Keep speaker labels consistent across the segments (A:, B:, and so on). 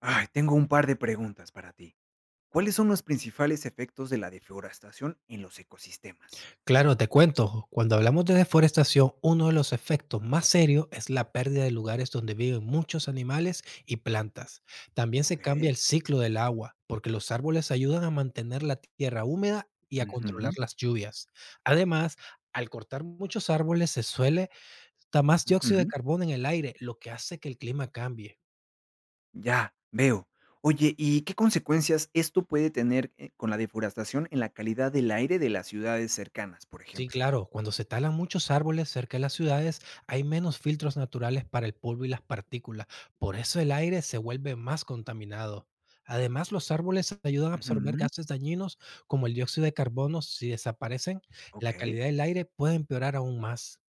A: Ay, tengo un par de preguntas para ti. ¿Cuáles son los principales efectos de la deforestación en los ecosistemas?
B: Claro, te cuento, cuando hablamos de deforestación, uno de los efectos más serios es la pérdida de lugares donde viven muchos animales y plantas. También se cambia
A: Ok.
B: el ciclo del agua, porque los árboles ayudan a mantener la tierra húmeda y a controlar
A: Ujú,
B: las lluvias. Además, al cortar muchos árboles se suele dar más dióxido de
A: ujú.
B: carbono en el aire, lo que hace que el clima cambie.
A: Ya, veo. Oye, ¿y qué consecuencias esto puede tener con la deforestación en la calidad del aire de las ciudades cercanas, por
B: Sí,
A: ejemplo?
B: claro, cuando se talan muchos árboles cerca de las ciudades, hay menos filtros naturales para el polvo y las partículas. Por eso el aire se vuelve más contaminado. Además, los árboles ayudan a absorber
A: Ujú,
B: gases dañinos como el dióxido de carbono. Si desaparecen, la
A: ok,
B: calidad del aire puede empeorar aún más.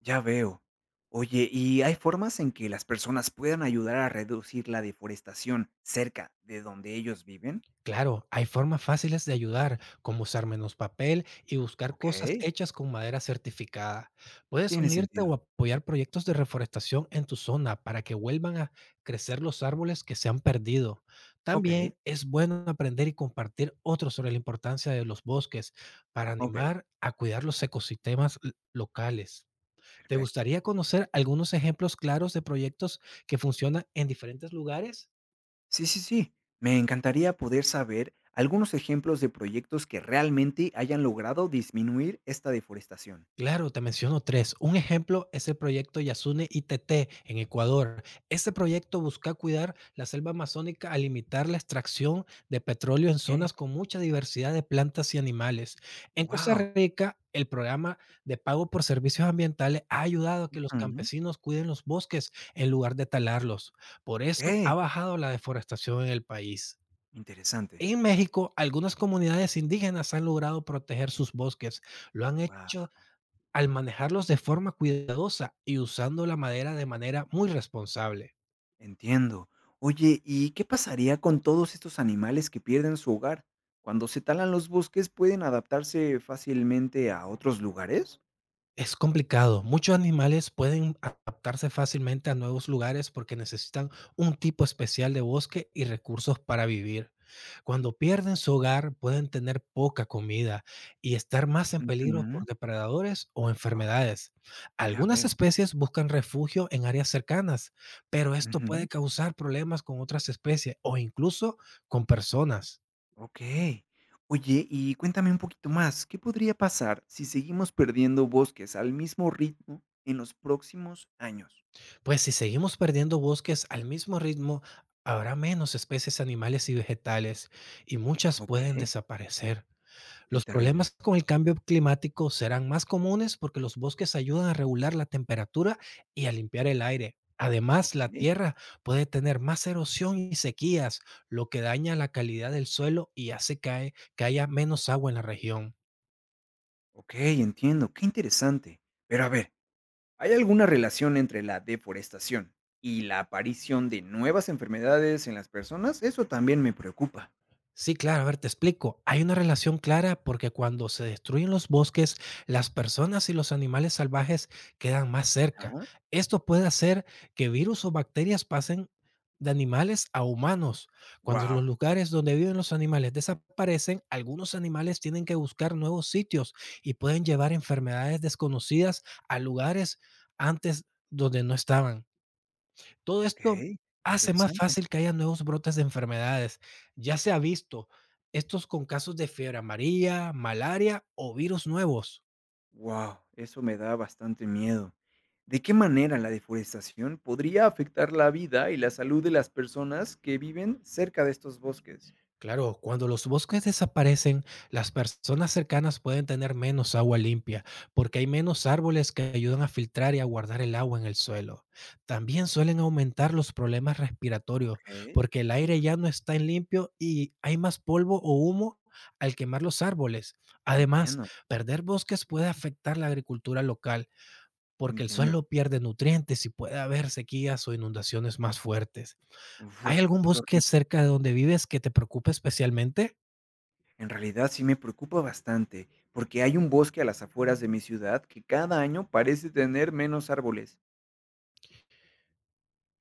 A: ya veo. Oye, ¿y hay formas en que las personas puedan ayudar a reducir la deforestación cerca de donde ellos viven?
B: Claro, hay formas fáciles de ayudar, como usar menos papel y buscar
A: Ok,
B: cosas hechas con madera certificada. Puedes
A: tiene
B: unirte o
A: sentido.
B: apoyar proyectos de reforestación en tu zona para que vuelvan a crecer los árboles que se han perdido.
A: Ok,
B: También es bueno aprender y compartir otros sobre la importancia de los bosques para
A: ok.
B: animar a cuidar los ecosistemas locales. ¿Te
A: Perfecto.
B: gustaría conocer algunos ejemplos claros de proyectos que funcionan en diferentes lugares?
A: Sí, sí, sí. Me encantaría poder saber algunos ejemplos de proyectos que realmente hayan logrado disminuir esta deforestación.
B: Claro, te menciono tres. Un ejemplo es el proyecto Yasune ITT en Ecuador. Este proyecto busca cuidar la selva amazónica al limitar la extracción de petróleo en
A: Ok.
B: zonas con mucha diversidad de plantas y animales. En Costa
A: Wow.
B: Rica, el programa de pago por servicios ambientales ha ayudado a que los campesinos cuiden los bosques en lugar de talarlos. Por
A: Ok.
B: eso ha bajado la deforestación en el país.
A: Interesante.
B: En México, algunas comunidades indígenas han logrado proteger sus bosques. Lo han
A: Wow.
B: hecho al manejarlos de forma cuidadosa y usando la madera de manera muy responsable.
A: Entiendo. Oye, ¿y qué pasaría con todos estos animales que pierden su hogar? Cuando se talan los bosques, ¿pueden adaptarse fácilmente a otros lugares?
B: Es complicado. Muchos animales pueden adaptarse fácilmente a nuevos lugares porque necesitan un tipo especial de bosque y recursos para vivir. Cuando pierden su hogar, pueden tener poca comida y estar más en peligro por
A: Ujú.
B: depredadores o
A: Ah,
B: enfermedades.
A: ya
B: Algunas
A: veo.
B: especies buscan refugio en áreas cercanas, pero esto puede
A: Ujú.
B: causar problemas con otras especies o incluso con personas.
A: Okey. Oye, y cuéntame un poquito más, ¿qué podría pasar si seguimos perdiendo bosques al mismo ritmo en los próximos años?
B: Pues si seguimos perdiendo bosques al mismo ritmo, habrá menos especies animales y vegetales y muchas pueden
A: Okey,
B: desaparecer.
A: qué
B: Los
A: terrible.
B: problemas con el cambio climático serán más comunes porque los bosques ayudan a regular la temperatura y a limpiar el aire. Además, la
A: Okey.
B: tierra puede tener más erosión y sequías, lo que daña la calidad del suelo y hace que haya menos agua en la región.
A: Okey, entiendo, qué interesante. Pero a ver, ¿hay alguna relación entre la deforestación y la aparición de nuevas enfermedades en las personas? Eso también me preocupa.
B: Sí, claro, a ver, te explico. Hay una relación clara porque cuando se destruyen los bosques, las personas y los animales salvajes quedan más cerca.
A: Wow.
B: Esto puede hacer que virus o bacterias pasen de animales a humanos. Cuando
A: Guau,
B: los lugares donde viven los animales desaparecen, algunos animales tienen que buscar nuevos sitios y pueden llevar enfermedades desconocidas a lugares antes donde no estaban. Todo esto
A: ok,
B: hace más
A: interesante.
B: fácil que haya nuevos brotes de enfermedades. Ya se ha visto, estos con casos de fiebre amarilla, malaria o virus nuevos.
A: Wow, eso me da bastante miedo. ¿De qué manera la deforestación podría afectar la vida y la salud de las personas que viven cerca de estos bosques?
B: Claro, cuando los bosques desaparecen, las personas cercanas pueden tener menos agua limpia, porque hay menos árboles que ayudan a filtrar y a guardar el agua en el suelo. También suelen aumentar los problemas respiratorios,
A: Ok,
B: porque el aire
A: uf,
B: ya no está en limpio y hay más polvo o humo al quemar los árboles. Además,
A: entiendo,
B: perder bosques puede afectar la agricultura local, porque el
A: entiendo.
B: suelo pierde nutrientes y puede haber sequías o inundaciones más fuertes.
A: Uf,
B: ¿Hay
A: uf,
B: algún
A: qué
B: bosque
A: horrible.
B: cerca de donde vives que te preocupe especialmente?
A: En realidad sí me preocupa bastante, porque hay un bosque a las afueras de mi ciudad que cada año parece tener menos árboles.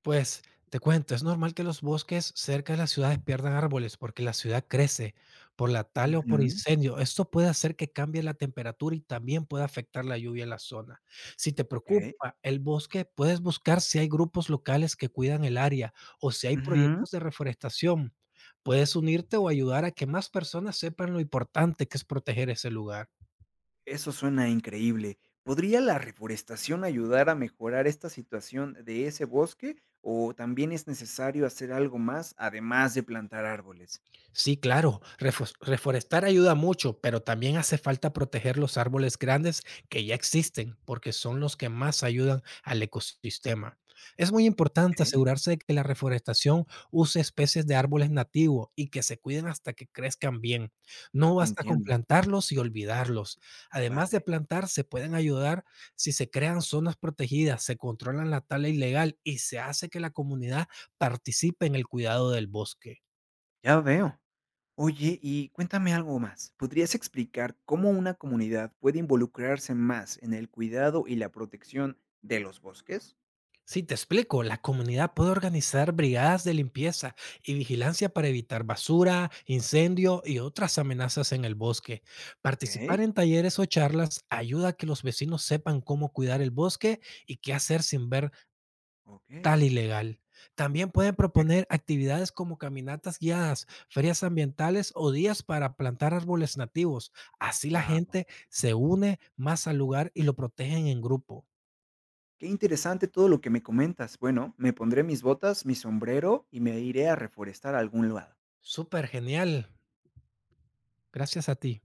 B: Pues te cuento, es normal que los bosques cerca de las ciudades pierdan árboles porque la ciudad crece por la tala o por
A: Ujú,
B: incendio. Esto puede hacer que cambie la temperatura y también puede afectar la lluvia en la zona. Si te
A: ok.
B: preocupa el bosque, puedes buscar si hay grupos locales que cuidan el área o si hay
A: Ujú.
B: proyectos de reforestación. Puedes unirte o ayudar a que más personas sepan lo importante que es proteger ese lugar.
A: Eso suena increíble. ¿Podría la reforestación ayudar a mejorar esta situación de ese bosque o también es necesario hacer algo más además de plantar árboles?
B: Sí, claro, reforestar ayuda mucho, pero también hace falta proteger los árboles grandes que ya existen, porque son los que más ayudan al ecosistema. Es muy importante
A: Okey,
B: asegurarse de que la reforestación use especies de árboles nativos y que se cuiden hasta que crezcan bien. No basta con
A: entiendo.
B: plantarlos y olvidarlos. Además de
A: Vale,
B: plantar, se pueden ayudar si se crean zonas protegidas, se controlan la tala ilegal y se hace que la comunidad participe en el cuidado del bosque.
A: ya veo. Oye, y cuéntame algo más. ¿Podrías explicar cómo una comunidad puede involucrarse más en el cuidado y la protección de los bosques?
B: Sí, te explico. La comunidad puede organizar brigadas de limpieza y vigilancia para evitar basura, incendio y otras amenazas en el bosque.
A: Okey,
B: Participar en talleres o charlas ayuda a que los vecinos sepan cómo cuidar el bosque y qué hacer sin ver
A: okey.
B: tal ilegal. También pueden proponer actividades como caminatas guiadas, ferias ambientales o días para plantar árboles nativos. Así la
A: Wow.
B: gente se une más al lugar y lo protegen en grupo.
A: Qué interesante todo lo que me comentas. Bueno, me pondré mis botas, mi sombrero y me iré a reforestar a algún lado.
B: Súper genial. Gracias a ti.